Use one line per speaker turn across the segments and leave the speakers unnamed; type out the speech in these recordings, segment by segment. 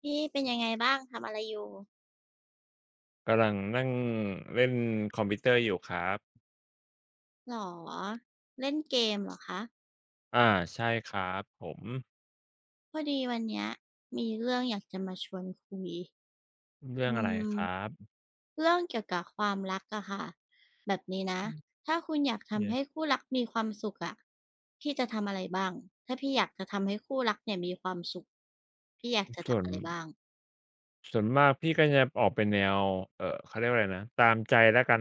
พี่เป็นยังไงบ้างทำอะไรอยู่
กำลังนั่งเล่นคอมพิวเตอร์อยู่ครับ
หรอเล่นเกมเหรอคะ
อาใช่ครับผม
พอดีวันเนี้ยมีเรื่องอยากจะมาชวนคุย
เรื่อ
อื
งอะไรค
ม
รับ
เรื่องเกี่ยวกับความรักอะค่ะแบบนี้นะ
อืม
ถ้าคุณอยาก
เนี่
ทำ
ย
ให้คู่รักมีความสุขอะพี่จะทำอะไรบ้างถ้าพี่อยากจะทำให้คู่รักเนี่ยมีความสุขพี่อยากจะ
ส่ว
ทำ
น
อะไรบ้าง
ส่วนมากพี่ก็จะออกเป็นแนวเขาเรียกว่าอะไรนะตามใจแล้วกัน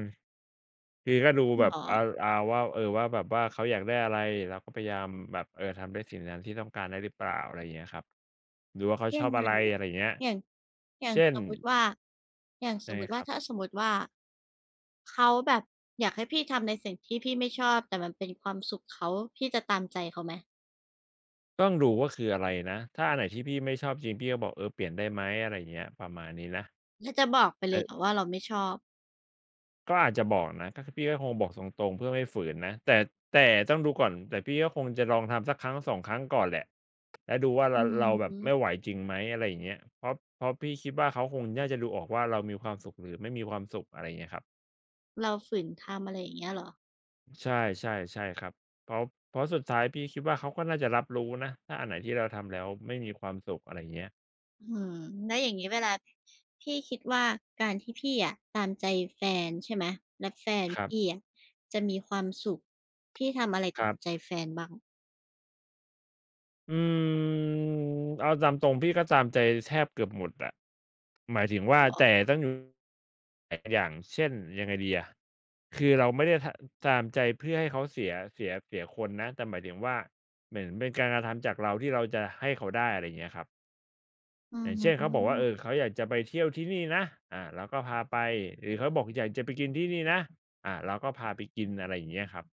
คือก็ดูแบบ
อรอ
อาอาว่าเออว่าแบบว่าเขาอยากได้อะไรเราก็พยายามแบบเออทำได้สิ่งนั้นที่ต้องการได้หรือเปล่าอะไรอย่างเงี้ยครับดูว่าเขาช
ยั
อ
ง
บ
ไง
อะไร
อะ
อะไรอย่างเงี้ย
อย่างอย่าง
เช่น
สมมุติว่าอย่างส
ยัง
ม
ไง
มุติ
ค
ว่า
รับ
ถ้าสมมุติว่าเขาแบบอยากให้พี่ทำในสิ่งที่พี่ไม่ชอบแต่มันเป็นความสุขเขาพี่จะตามใจเขาไหม
ต้องดูว่าคืออะไรนะถ้าอันไหนที่พี่ไม่ชอบจริงพี่ก็บอกเออเปลี่ยนได้ไหมอะไรอย่างเงี้ยประมาณนี้นะ
ถ้าจะบอกไปเลยเหรอ
เออ
ว่าเราไม่ชอบ
ก็อาจจะบอกนะก็คือพี่ก็คงบอกตรงๆเพื่อไม่ฝืนนะแต่แต่ต้องดูก่อนแต่พี่ก็คงจะลองทำสักครั้ง2ครั้งก่อนแหละแล้วดูว่า
อื
เราแบบไม่ไหว
ม
จริงไหมอะไรอย่างเงี้ยเพราะพี่คิดว่าเขาคงน่าจะดูออกว่าเรามีความสุขหรือไม่มีความสุขอะไรอย่างเงี้ยครับ
เราฝืนทำอะไรอย่างเงี้ยเหรอ
ใช่ใช่ครับเพราะเพราะสุดท้ายพี่คิดว่าเขาก็น่าจะรับรู้นะถ้าอันไหนที่เราทำแล้วไม่มีความสุขอะไรอย่างเงี้ย
อืมแล้วอย่างงี้เวลาพี่คิดว่าการที่พี่อะตามใจแฟนใช่ไหมและแฟน
ครั
พี่
บ
อะจะมีความสุขพี่ทำอะไร
ค
ตา
รั
มใจ
บ
แฟนบ้าง
อืมเอาตามตรงพี่ก็ตามใจแทบเกือบหมดอะหมายถึงว่า
เหร
แต่
อ
ต้องอยู่อย่างเช่นยังไงดีอะคือเราไม่ได้ทตามใจเพื่อให้เขาเสียคนนะแต่หมายถึงว่าเหมือนเป็นการกระทำจากเราที่เราจะให้เขาได้อะไรอย่างเงี้ยครับ
อื
อย่างเช่นเขาบอกว่าเอ
ม
อเขาอยากจะไปเที่ยวที่นี่นะอ่าเราก็พาไปหรือเขาบอกอยากจะไปกินที่นี่นะอ่าเราก็พาไปกินอะไรอย่างเงี้ยครับ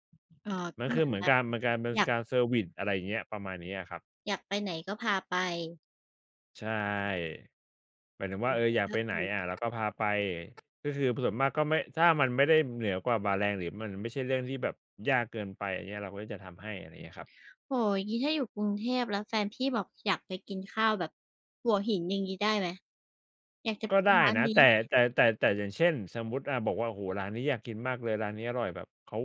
อ่อ
มั
ก็
น
เห
คื
มื
อ
อน
เหมือ
แบ
น
บ
การเป็น
อยาก
การเซอร์วิซอะไรอย่างเงี้ยประมาณนี้อะครับ
อยากไปไหนก็พาไป
ใช่หมายถึง
อื
ว่าเอ
ม
ออยาก
ก็
ไปไหน
คือ
อาเราก็พาไปก็คือส่วนมากก็ไม่ถ้ามันไม่ได้เหนือกว่าบ่าแรงหรือมันไม่ใช่เรื่องที่แบบยากเกินไปอันเนี้ยเราก็จะทำให้อะไรอย่างเงี้ยครับ
โอ้โฮอย่างงี้ถ้าอยู่กรุงเทพแล้วแฟนพี่บอกอยากไปกินข้าวแบบหัวหินอย่างงี้ได้ไหมอยากจะไป
ก็
กิ
ได้
นร้าน
นะ
นี้
แต่ แต่อย่างเช่นสมมุติอ่าบอกว่าโอ้โฮร้านนี้อยากกินมากเลยร้านนี้อร่อยแบบเขา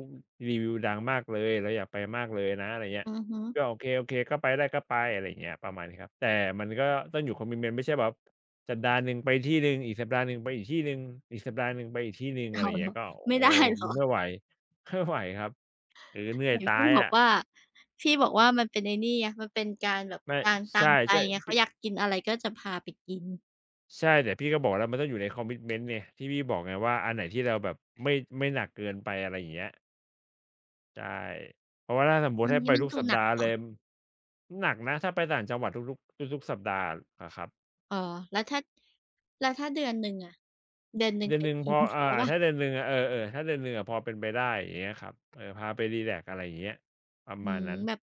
รีวิวดังมากเลยเราอยากไปมากเลยนะอะไรเงี้ย
อือฮึ
ก็โอเคก็ไปได้ก็ไปอะไรอย่างเงี้ยประมาณนี้ครับแต่มันก็ต้องอยู่ commitment ไม่ใช่แบบสัปดาห์หนึ่งไปที่หนึ่งอีกสัปดาห์หนึ่งไปอีกที่หนึ่งอีกสัปดาห์หนึ่งไปอีกที่หนึ่งอะ
อ้า
ไรอ
ว
ย่าง
เหร
เงี้ย
อ
ก็โอ้
ไม่ได้เหร
มั
อ
นไม่ไหว ไม่ไหวครับเออเหนื่อ
ไห
ย
น
ตา
พี่
ย
บอก
อะ
ว่ามันเป็นไอ้นี่ไงมันเป็นการแบบ
ไม่
การตา
ใช่
มใจไง
ๆ
เขา
พี่
อยากกินอะไรก็จะพาไปกิน
ใช่แต่พี่ก็บอกแล้วมันต้องอยู่ในคอมมิ o เม i ต์เน t ่ยที่พี่บอกไงว่าอันไหนที่เราแบบไม่ไม่หนักเกินไปอะไรอย่างเงี้ยใช่เพราะว่าถ้าสมมุติ
อัน
ให้ไป
นี้มัน
ทุก
ดู
สัป
หนัก
ดาห์
เหร
เล
อ
ยหนักนะถ้าไปต่างจังหวัดทุกๆทุกๆสัปดาห์อะครับ
อ๋อแล้วถ้าเดือนหนึ่งอะเดือนหนึ่ง
เดือน
ไป
หนึ่งพ
ที
อ
หนึ่ ง
อ่า
แล้วแบบ
ถ้าเดือนหนึ่งอะเออๆถ้าเดือนหนึ่งอะพอเป็นไปได้อย่างเงี้ยครับเออพาไปรีแลกซ์อะไรอย่างเงี้ยประ
อื
มาณ
ม
นั้น
แบบ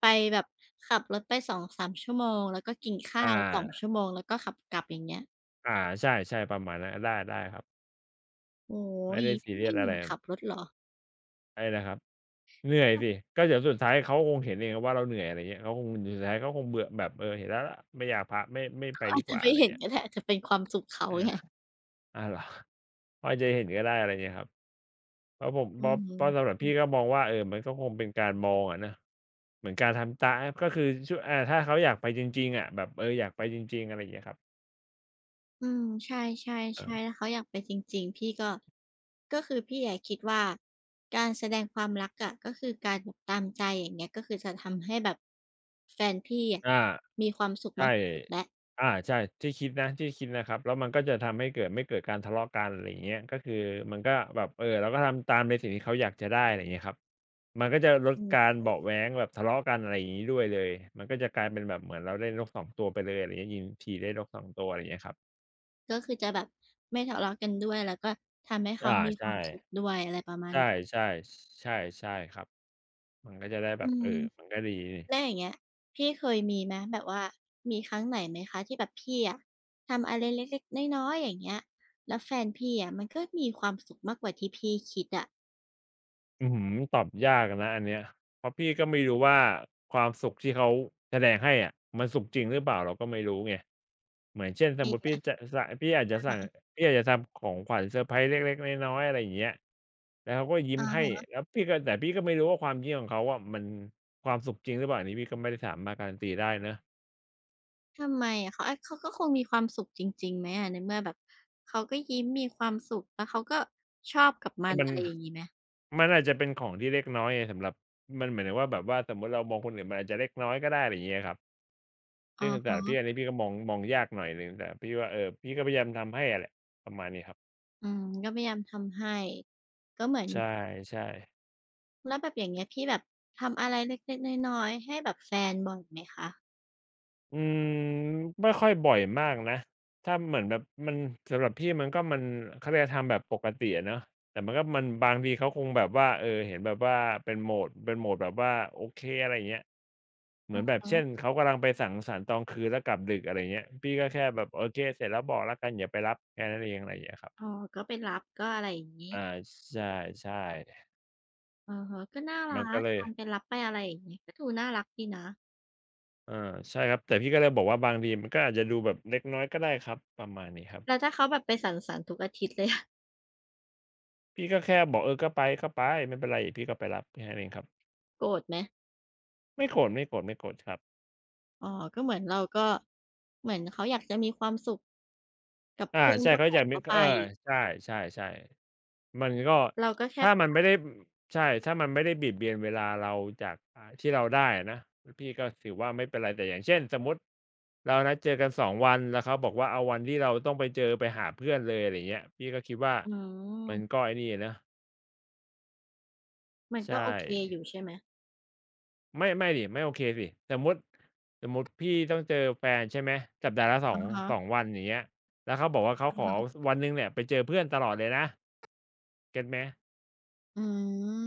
ไปแบบขับรถไปสองสามชั่วโมงแล้วก็กินข้า
อา
วสองชั่วโมงแล้วก็ขับกลับอย่างเงี้ย
อาใช่ๆประมาณนั้นได้ครับ
โอ้โฮ
ไม่
อย่าง
ได้
งี้
ซี
พี่
เรีย
ไม่
ส
เห
อะ
นื่
ไร
อยขับรถเหรอ
อะไรนะครับ เหนื่
เพ
อย
ราะแบบ
สิก็เดี๋ยวสุดท้ายเขาคงเห็นเองว่าเราเหนื่อยอะไรเงี้ยเขาคงสุดท้ายเขาคงเบื่อแบบเออเห็นแล้วล่ะไม่อยากพาไม่ไป
เขา
ดี
อาจ
ก
จะ
ว่าอะ
ไม่
ไร
เห็น
เงี้ย
ก็ได้อาจจะเป็นความสุขเขา
อา
ไง
อ้าวเหรอพอจะเห็นก็ได้อะไรเงี้ยครับเพราะผมเพ
อื
ราะ
อฮึ
เพราะสำหรับพี่ก็มองว่าเออมันก็คงเป็นการมองอะนะเหมือนการทำตาก็คือช่วยอาถ้าเขาอยากไปจริงๆอะแบบเอออยากไปจริงๆอะไรอย่างเงี้ยครับ
อืมใช่ๆ
อา
ใช่ถ้าเขาอยากไปจริงๆพี่ก็ก็คือพี่อะคิดว่าการแสดงความรักอะก็คือการแบบตามใจอย่างเงี้ยก็คือจะทำให้แบบแฟนพี่อะ
อา
มีความสุข
ใช่
มากที่สุดแล้ว
อาใช่ที่คิดนะที่คิดนะครับ แล้วมันก็จะทำให้เกิดไม่เกิดการทะเลาะกันอะไรอย่างเงี้ยก็คือมันก็แบบเราก็ทำตามในสิ่งที่เขาอยากจะได้อะไรอย่างเงี้ยครับมันก็จะลด
อื
กา
ม
รเบาะแว้งแบบทะเลาะกันอะไรอย่างงี้ด้วยเลยมันก็จะกลายเป็นแบบเหมือนเราเล่นนกสองตัวไปเลยอะไรอย่างเงี้ยยิงทีได้นกสองตัวอะไรอย่างเงี้ยครับ
ก็คือจะแบบไม่ทะเลาะกันด้วยแล้วก็ทำให้เขา
อา
มีค
ใช่
วามสุขด้วยอะไรประมาณ
ใช่
นี้
ๆใช่ใช่ครับมันก็จะได้แบ
อื
บเอ
ม
อมันก็ดี
แล้วอย่างเงี้ยพี่เคยมีไหมแบบว่ามีครั้งไหนไหมคะที่แบบพี่อะทำอะไรเล็กๆน้อยๆอย่างเงี้ยแล้วแฟนพี่อะมันก็มีความสุขมากกว่าที่พี่คิดอะ
อืมตอบยากอนะอันเนี้ยเพราะพี่ก็ไม่รู้ว่าความสุขที่เขาแสดงให้อะมันสุขจริงหรือเปล่าเราก็ไม่รู้ไงเหมือนเช่นสม
มี
มติ
ไหม
พี่อาจจะ
อะ
สั่ง
คะ
พี่อาจจะทำของขวัญเซอร์ไพรส์เล็กๆน้อยๆอะไรอย่างเงี้ยแล้วเขาก็ยิ้ม
อะ
ให้
ฮะ
แล้วพี่ก็ไม่รู้ว่าความยิ้มของเขาอะมันความสุขจริงหรือเปล่าอันนี้พี่ก็ไม่ได้สามารถการันตีได้เนาะ
ทำไมอะเขาอาเขาก็คงมีความสุขจริงๆไหมอะในเมื่อแบบเขาก็ยิ้มมีความสุขแล้วเขาก็ชอบกับมั
แต่
นอะไรอย่างงี้ไหมอ
มันอาจจะเป็นของที่เล็กน้อยไงสำหรับมันเหมายถึงว่าแบบว่าสมมุติเรามองคนอื่นมันอาจจะเล็กน้อยก็ได้อะไรอย่างเงี้ยครับ
ะ
ซึ่ง
ฮ
สำหรับ
ะ
พี่อันนี้พี่ก็มองยากหน่อยหนึ่งแต่พี่ว่าพี่ก็พยายามทำให้อะแหละประมาณนี้ครับ
อืมก็พยายามทำให้ก็เหมือน
ใช่ๆ
แล้วแบบอย่างเงี้ยพี่แบบทำอะไรเล็กๆน้อยๆ ให้แบบแฟนบ่อยไหมคะ
อืมไม่ค่อยบ่อยมากนะถ้าเหมือนแบบมันสำหรับพี่มันเขาเรียกทำแบบปกติอะเนาะแต่มันบางทีเขาคงแบบว่าเห็นแบบว่าเป็นโหมดแบบว่าโอเคอะไรอย่างเงี้ยเหมือนแบบ
อ๋
เช่น
อ
เขากำลังไปสังสรรค์ตอนคืนแล้วกลับดึกอะไรอย่างเงี้ยพี่ก็แค่แบบโอเคเสร็จแล้วบอกแล้วกันอย่าไปรับแค่นั้นเองอะไรอย่างเงี้ยครับ
อ๋อก็ไปรับก็อะไรอย่างงี้
อาใช่
อะฮะก็น่า
ๆ
รั
มันก็
ก
เลย
การไปรับไปอะไรอย่างงี้ก็ดูน่ารักดีนะ
อาใช่ครับแต่พี่ก็เลยบอกว่าบางทีมันก็อาจจะดูแบบเล็กน้อยก็ได้ครับประมาณนี้ครับ
แล้วถ้าเขาแบบไปสังสรรค์ทุกอาทิตย์เลยอะ
พี่ก็แค่บอกก็ไปไม่เป็นไรเดี๋ยวพี่ก็ไปรับแค่นั้นเองครับ
โกรธไหม
ไม่โกรธๆๆครับ
อ๋อก็เหมือนเราก็เหมือนเขาอยากจะมีความสุขกับ
อา
เพื่อน
ใช่
ก็
เขา
ปล่
อ
อ
ยา
ย
กมี
เขาไป
ใช่ๆๆมันก็
เราก็แค่
ถ้า
ไป
มัน
รั
ไม่
บ
ได้ใช่ถ้ามันไม่ได้เบียดเบียนเวลาเราจากที่เราได้อะนะพี่ก็ถือว่าไม่เป็นไรแต่อย่างเช่นสมมุติเรานัดเจอกันสองวันแล้วเขาบอกว่าเอาวันที่เราต้องไปเจอไปหาเพื่อนเลยอะไรอย่างเงี้ยพี่ก็คิดว่า
อื
มัน
ม
ก็ไอ้นี่อะนะ
มันก็
ใช่
โอเคอยู่ใช่ไหม
ไม่สิไม่โอเคสิสมมุติสมมุติพี่ต้องเจอแฟนใช่ไหมสัปดาห์ละ
อะฮะ
สองวันอย่างเงี้ยแล้วเขาบอกว่าเขาขอวันหนึ่งเนี่ยไปเจอเพื่อนตลอดเลยนะเก็ตไหม
ๆอืม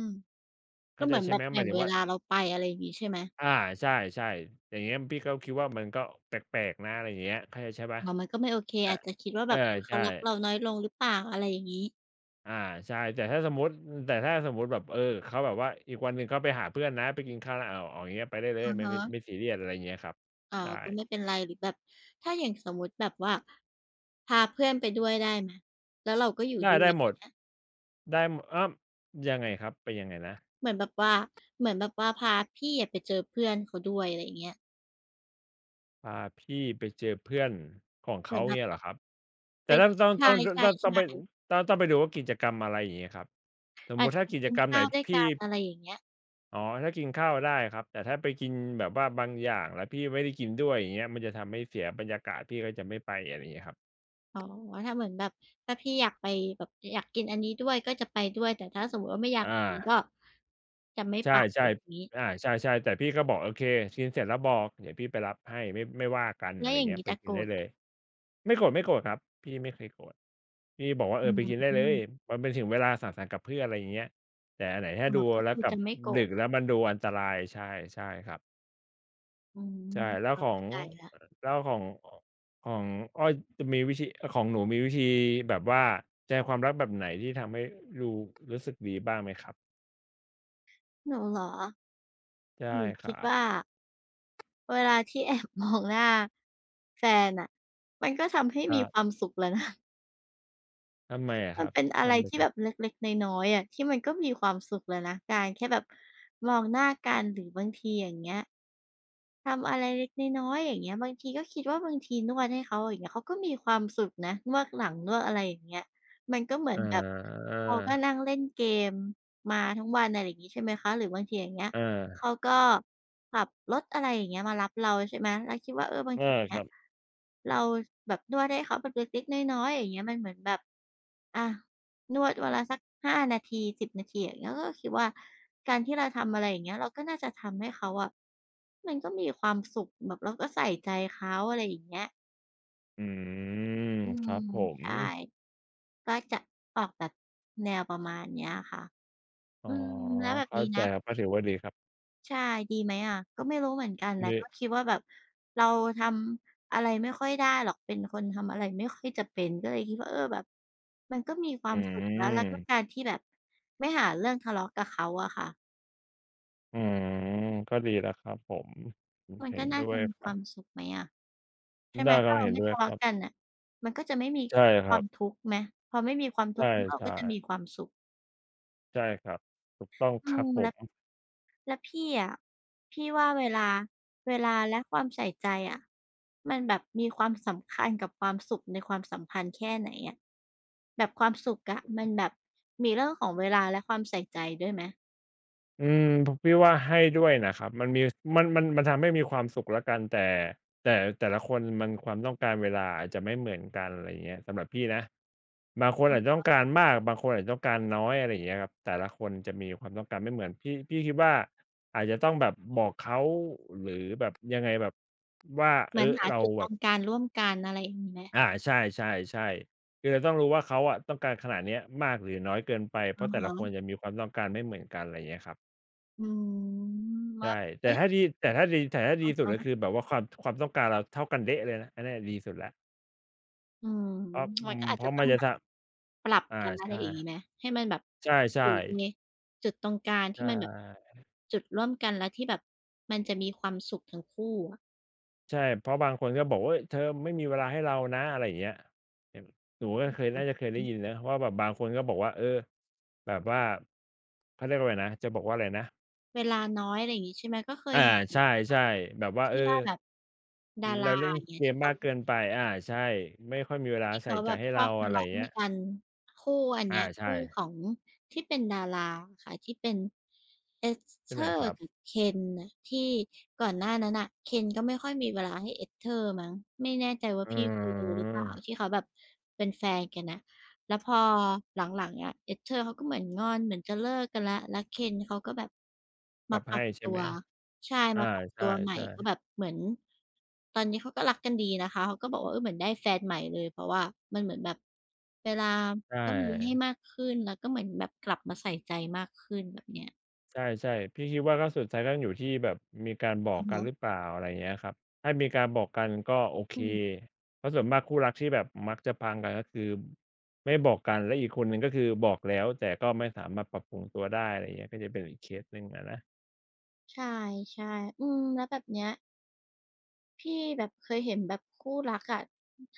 ก็
เข้าใจ
เหมือน
ใช่
แบ
ไหม
บ
หมา
แบ่
ย
ง
ถึง
เว
ว่า
ลาเราไปอะไรอย่างงี้ใช่ไหม
อาใช่ๆอย่างเงี้ยพี่ก็คิดว่ามันก็แปลกๆนะอะไรอย่างเงี้ยเข้าใจใช่เปล่า
อ๋อมันก็ไม่โอเค
แต่
อาจจะคิดว่าแบบอุ๊ย
ใช่
เขารักเราน้อยลงหรือเปล่าอะไรอย่างงี้
อาใช่แต่ถ้าสมมุติแบบเขาแบบว่าอีกวันหนึ่งเขาไปหาเพื่อนนะไปกินข้าวนะอ้าวเอาอย่างเงี้ยไปได้เลย
อะ
ไม่
ฮะ
ไม่ซีเรียสอะไรอย่างเงี้ยครับ
อ๋อ
ใ
ก็ไม่เป็นไรหรือแบบ ถ้าอย่างสมมุติแบบว่า พาเพื่อนไปด้วยได้ไหมแล้วเราก็อยู่
ช่
ด้ว
ได้
ย
ห
อ
ม
ย่า
ด
งเงี้ย
ได้มอ้าวยังไงครับ ไปยังไงนะ
เหมือนแบบว่าเหมือนแบบว่าพาพี่อะไปเจอเพื่อนเขาด้วยอะไรอย่างเงี้ย
พาพี่ไปเจอเพื่อนของ
เหมื
เขา
อนแบ
เงี้ยเห
บ
รอครับ
ไป
แต่ต้องต้อง
ใช
ต้องดต้องต้องไป
่ๆ
ต้องไปดูว่ากิจกรรมอะไรอย่างงี้ครับส
ๆ
ม
อา
มุ
จ
ติ
จะ
ถ้า
ไป
กิจ
กิน
กรรมไหน
ข้าวด้วย
พี่
กันอะไรอย่างเงี้ย
อ๋อถ้ากินข้าวได้ครับแต่ถ้าไปกินแบบว่าบางอย่างแล้วพี่ไม่ได้กินด้วยอย่างเงี้ยมันจะทำให้เสียบรรยากาศพี่ก็จะไม่ไปอะไรอย่างเงี้ยครับ
อ๋อถ้าเหมือนแบบถ้าพี่อยากไปแบบอยากกินอันนี้ด้วยก็จะไปด้วยแต่ถ้าสมมุติว่าไม่อ
อ
ยากกิน
า
ก็จะไม่
ใช่
ไปอะไรอย่างงี้
ๆอาใช่ๆแต่พี่ก็บอกโอเคกินเสร็จแล้วบอกเดี๋ยวพี่ไปรับให้ไม่ว่ากันอะ
แล้
ไร
วอย่าง
เงี้ย
งี้
ไป
จะ
กิน
โกร
ได้
ธ
เล
ไหม
ย ไม่โกรธครับพี่ไม่เคยโกรธ พี่บอกว่า
อื
ไปกินได้เล
ม
ยมันเป็นถึงเวลาสังสรรค์กับเพื่อนอะไรอย่างเงี้ยแต่อันไหนถ้า
อ๋อ
ดู
ก็
แล้ว
คือ
กลับ
จะไม่โกร
ดึ
ธ
กแล้วมันดูอันตรายใช่ใช่ครับ
อื
ใช่
ม
แล้ว
เรา
ของ
เข้าใจแล้ว
แล้วของอ้อยจะมีวิธีของหนูมีวิธีแบบว่าแสดงความรักแบบไหนที่ทำให้ดูรู้สึกดีบ้างไหมครับ
หนูเหรอห
ใช่
นู
ค
คิด
รับ
ว่าเวลาที่แอบมองหน้าแฟนน่ะมันก็ทำให้
ครั
มีควา
บ
มสุขแล้วนะ
ทำไมอะค
มัน
รับ
เป็นอะไร
ทำไม
ที่
ถึ
แบ
ง
บเล็กๆน้อยๆอะที่มันก็มีความสุขแล้วนะการแค่แบบมองหน้ากันหรือบางทีอย่างเงี้ย ทำอะไรเล็กน้อยๆอย่างเงี้ยบางทีก็คิดว่าบางทีนวดให้เขาอย่างเงี้ยเขาก็มีความสุขนะนวดหลังนวดอะไรอย่างเงี้ยมันก็เหมือ
อ
นแบบ
า
เขาก็นั่งเล่นเกมมาทั้งวันอะไรอย่างงี้ใช่ไหมคะหรือบางทีอย่างเงี้ย
อา
เขาก็ขับรถอะไรอย่างเงี้ยมารับเราใช่ไหมเราคิดว่าเออบาง
อา
ทีอย่าง
ค
เงี้
รั
ย
บ
เราแบบนวดให้เขาแบบเล็กๆน้อยๆอย่างเงี้ยมันเหมือนแบบอะ นวดวันละสัก5นาที10นาทีอย่างเงี้ยก็คิดว่าการที่เราทำอะไรอย่างเงี้ยเราก็น่าจะทำให้เขาอะมันก็มีความสุขแบบเราก็ใส่ใจเขาอะไรอย่างเงี้ย
อืม
อื
ครับ
ม
ผม
ใช่ก็จะออกแบบแนวประมาณเนี้ยค่ะ
อ๋อ
อืมแล้วแบบ
เข้า
นี้
ใจ
นะ
ครับก็ถือว่าดีครับ
ใช่ดีไหมอะก็ไม่รู้เหมือนกันนะก็
ดี
คิดว่าแบบเราทำอะไรไม่ค่อยได้หรอกเป็นคนทำอะไรไม่ค่อยจะเป็นก็เลยคิดว่าเออแบบมันก็มีควา
อื
มสุขแล้วแล้วก็กา
ม
รที่แบบไม่หาเรื่องทะเลาะกับเขาอะค่ะ
อืมก็ดีแล้วครับผม
มัน
เห็
ก็
น
น่า
ด้ว
จะ
ย
มี
ค
ค
รั
วา
บ
มสุขไหมอะใช่ไหม
ได้ครั
ถ้า
บ
เรา
เห็น
ไม่
ด้วย
ทะ
ค
เลาะ
รั
กั
บ
นน่ะมันก็จะไม่มี
ใช่ค
ค
รั
วาม
บ
ทุกข์ไหมพอไม่มีความ
ใ
ทุกข์เราก
ช่
ก็จะมีความ
ๆ
สุข
ใช่ครับถูกต้อง
อื
ครับ
ม
ผ
แล้ว
ม
แล้วพี่อะพี่ว่าเวลาและความใส่ใจอะมันแบบมีความสำคัญกับความสุขในความสัมพันธ์แค่ไหนอะแบบความสุขอะมันแบบมีเรื่องของเวลาและความใส่ใจด้วยไหม
พี่ว่าให้ด้วยนะครับมันมีมันทำให้มีความสุขแล้วกันแต่แต่ละคนมันความต้องการเวลาอาจจะไม่เหมือนกันอะไรอย่างเงี้ยสำหรับพี่นะบางคน
อ้า
อาจจะต้
ว
องการมากบางคนอาจจะต้องการน้อยอะไรอย่างเงี้ยครับแต่ละคนจะมีความต้องการไม่เหมือนพี่คิดว่าอาจจะต้องแบบบอกเขาหรือแบบยังไงแบบว่า
เหมือนหา
เรา
จุดต
แบ
ร
บ
งกลางร่วมกันอะไรอย่างงี้ไหม
อาใช่ๆๆคือเราต้องรู้ว่าเขาอะต้องการขนาดเนี้ยมากหรือน้อยเกินไปเพ
อะ
ราะแต่ละคนจะ
ฮะ
มีความต้องการไม่เหมือนกันอะไรอย่างเงี้ยครับ
อืม
ใช่
ว่าแบบ
แต่
เอ๊ะ
ถ้าดีแต่ถ้าดีแต่ถ้าดี
อะ
สุดก็คือ
ฮะ
แบบว่าความต้องการเราเท่ากันเด๊ะเลยนะอันเนี้ยดีสุดแล้ว
อืม
เพราะ
มันก็อา
เพ
จจะ
ราะ
ต้
มั
อ
น
ง
จะ
แบ
ท
บปรับ
ำอา
กันอะไร
ใช่
อย่างงี้ไหมให้มันแบบ
ใ
อยู่
ช่
ใน
ๆ
จุดตรงกลาง
ใช
ที่มันแบบ
่
จุดร่วมกันแล้วที่แบบมันจะมีความสุขทั้งคู่อะ
ใช่เพราะบางคนก็บอกว่าเฮ้ยเธอไม่มีเวลาให้เรานะอะไรอย่างเงี้ยเห็นหนูก็เคย
อื
น่า
อ
จะเคย
ฮึ
ได้ยินนะว่าแบบบางคนก็บอกว่าเออแบบว่าเขาเรียกว่าอะไรนะจะบอกว่าอะไรนะ
เวลาน้อยอะไรอย่างงี้ใช่ไหมก็เคย
อา
เห็นเหมื
ใช
อนกันนะ
่ๆแบบว่าเออ
ที่ว่าแบบดารา
เราเล่น
อย่างเงี้ย
เก
ที่
มมา
เขา
กเกินไปอาใช่ไม่ค่อยมีเวลา
ที่
ใส่
เขา
ใจ
แบบ
ให้
ชอ
เรา
บ
อะ
ทะ
ไรอ
เลาะ
ย่าง
ด้ว
เงี้
ย
ย
กันคู่อันเนี้
อา
ย
ใช่
คู่ของที่เป็นดาราอะค่ะที่เป็น
ใช่ไหม
Esther
ครับ
กับเคนน่ะที่ก่อนหน้านั้นน่ะเคนก็ไม่ค่อยมีเวลาให้ Esther มั้งไม่แน่ใจว่า
เอ๋
พี่เคยดูห
อ
รือเปล่าที่เขาแบบเป็นแฟนกันน่ะ แล้วพอหลังๆเนี่ย Ester เขาก็เหมือนงอนเหมือนจะเลิกกันแล้วแล้ว Ken เขาก็แบบ
ป
มา
รับ
ปรั
ให้
บ
ใช่
ตั
ไหม
วใช่
อา
มาปรับ
ใช
ตัวใหม่
่
ก็แบ
ๆ
บเหมือนตอนนี้เขาก็รักกันดีนะคะเขาก็บอกว่าเออเหมือนได้แฟนใหม่เลยเพราะว่ามันเหมือนแบบเวลา
ใช
ก็มีให้
่
มากขึ้นแล้วก็เหมือนแบบกลับมาใส่ใจมากขึ้นแบบเนี้ย
ใช่ๆพี่คิดว่าก็สุดท้ายก็อยู่ที่แบบมีการบอก
อะ
กัน
ฮะ
หรือเปล่าอะไรอย่างเงี้ยครับถ้ามีการบอกกันก็โอเค
อืม
เพราะส่วนมากคู่รักที่แบบมักจะพังกันก็คือไม่บอกกันและอีกคนหนึ่งก็คือบอกแล้วแต่ก็ไม่สามารถปรับปรุงตัวได้อะไรอย่างเงี้ยก็จะเป็นอีกเคสหนึ่งอะนะ
ใช่ๆอืมแล้วแบบเนี้ย พี่แบบเคยเห็นแบบคู่รักอะ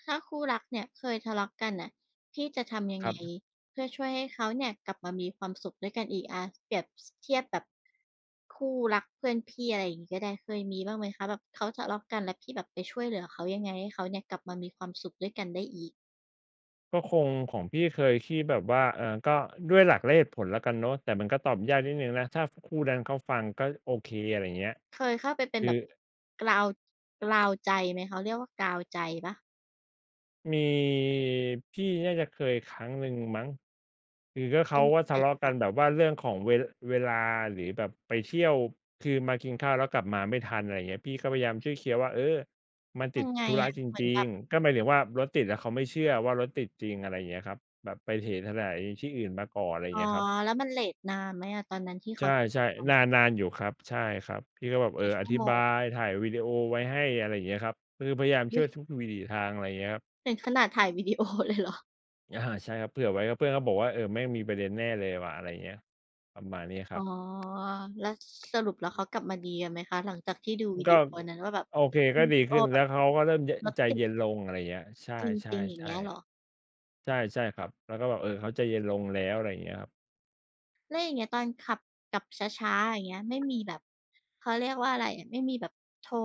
ถ้าคู่รักเนี่ยเคยทะเลาะกันน่ะพี่จะทำยัง
ครั
ไง
บ
เพื่อช่วยให้เขาเนี่ยกลับมามีความสุขด้วยกันอีกอาเปรียบเทียบแบบคู่รักเพื่อนพี่อะไรอย่างงี้ก็ได้เคยมีบ้างไหมคะแบบเขาทะเลาะกันแล้วพี่แบบไปช่วยเหลือเขายังไงให้เขาเนี่ยกลับมามีความสุขด้วยกันได้อีก
ก็คงของพี่เคยที่แบบว่าก็ด้วยหลักและเหตุผลแล้วกันเนาะแต่มันก็ตอบยากนิดหนึ่งนะถ้าคู่นั้นเขาฟังก็โอเคอะไรอย่างเงี้ย
เคยเข้าไปเป็น
คือ
แบบกราวกราวใจไหมเขาเรียกว่ากราวใจเปล่า
มีพี่น่าจะเคยครั้งหนึ่งมั้งคือก็
เป็
เขา
น
ก็
ยังไง
ทะเลาะ
อะ
กันแบ
คะ
บว่าเรื่องของเวลาหรือแบบไปเที่ยวคือมากินข้าวแล้วกลับมาไม่ทันอะไรอย่างเงี้ยพี่ก็พยายามช่วยเคลียร์ว่าเออมันติ
ยั
ด
งไง
ธุระ
อะ
จ
เหมือน
ริ
แบ
ง
บ
ๆก็หมายถึงว่ารถติดแล้วเขาไม่เชื่อว่ารถติดจริงอะไรอย่างเงี้ยครับแบบไถที่อื่นมาก่อนอะไรอย่าง
อ๋อ
เงี้ยครับ
แล้วมันเลตนานไหมอะตอนนั้นที่
ใช
เขาทะ
่
เลาะกัน
ๆนานอยู่ครับใช่ครับพี่ก็แบบเออ
กี่
อ
ชั่ว
ธิ
โม
บา
ง
ยถ่ายวิดีโอไว้ให้อะไรอย่างเงี้ยครับคือพยายามช่
อุ๊
ว
ย
ยทุกวิถีทางอะไรอย่างเงี้ยครับ
ถึงขนาดถ่ายวิดีโอเลยเหรอ
อาใช่ครับเผื่อไว้ครับเพื่อนก็บอกว่าเออแม่งมีประเด็นแน่เลยว่ะอะไรอย่างเงี้ยประมาณนี้ครั
อ๋อ
บ
แล้วสรุปแล้วเขากลับมาดีกันไหมคะหลังจากที่ดูวิ
ก็
ดีโอนั้นว่าแบบ
โอเค
ทน
ก็
วิ
ดี
ดีโอ
ขึ้น
แบ
แล้
บ
วเขาก็เริ่มย
รถ
ใจ
ติด
เย็นลงอะไรอย่างเงี้ยใช่
จริงๆ
ๆ
อ
ๆ
ย่า
ใช
งเงี้ยเหรอ
่ใช่ครับแล้วก็แบบเออเขาใจเย็นลงแล้วอะไรอย่างเงี้ยครับ
แล้วอย่างเงี้ยตอนขับกลับช้าๆอย่างเงี้ยไม่มีแบบเขาเรียกว่าอะไรอะไม่มีแบบโทร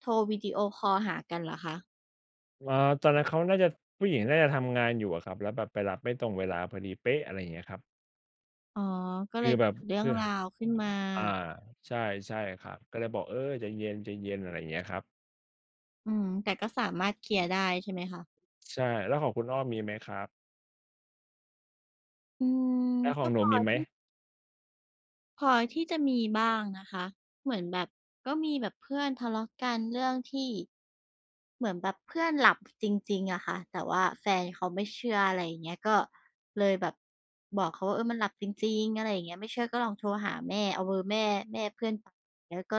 โทรวิดีโอคอลหากันเหรอคะ
อาตอนนั้นเขาน่าจะผู้หญิงน่าจะทำงานอยู่อะครับแล้วแบบไปรับไม่ตรงเวลาพอดีเป๊ะอะไรอย่างเงี้ยครับ
อ๋อก็เล
คือ
ย
แบ
เกิ
บ
ดเรื่อง
เพื่อ
ราวขึ้นมา
อาใช่ใช่ครับก็เลยบอกเออใจเย็นๆอะไรอย่างเงี้ยครับ
อืมแต่ก็สามารถเคลียร์ได้ใช่ไหมคะ
ใช่แล้วของคุณอ้อมีไหมครับ
อืม
แล้วขอ
ก็
งหนู
พอ
มีไหม
ที่ พอที่จะมีบ้างนะคะเหมือนแบบก็มีแบบเพื่อนทะเลาะกันเรื่องที่เหมือนแบบเพื่อนหลับจริงๆอะค่ะแต่ว่าแฟนเขาไม่เชื่ออะไรอย่างเงี้ยก็เลยแบบบอกเขาว่าเออมันหลับจริงๆอะไรอย่างเงี้ยไม่เชื่อก็ลองโทรหาแม่เอาเบอร์แม่แม่เพื่อนไปแล้วก็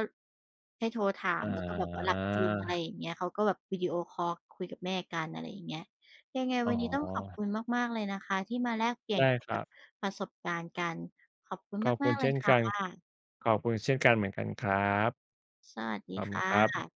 ให้โทรถา
อ
มแล้วก็แบบว่าหลับจริงอะไร
า
อย่างเงี้ยเขาก็แบบวิดีโอคอลคุยกับแม่กันอะไรอย่างเงี้ยยังไง
อ๋อ
วันนี้ต้องขอบคุณมากๆเลยนะคะที่มาแลกเปลี่ยน
ได้
เกี่ย
ค
วกั
รั
บ
บ
ประสบการณ์กัน ขอบคุณ
ขอบคุ
มา
ณ
กๆเล
เช่
ย
นกัน
ค่ะ
ขอบคุณเช่นกันเหมือนกันครับ
สวัส
ข
ดี
อบคุณค
ค่ะ
รับ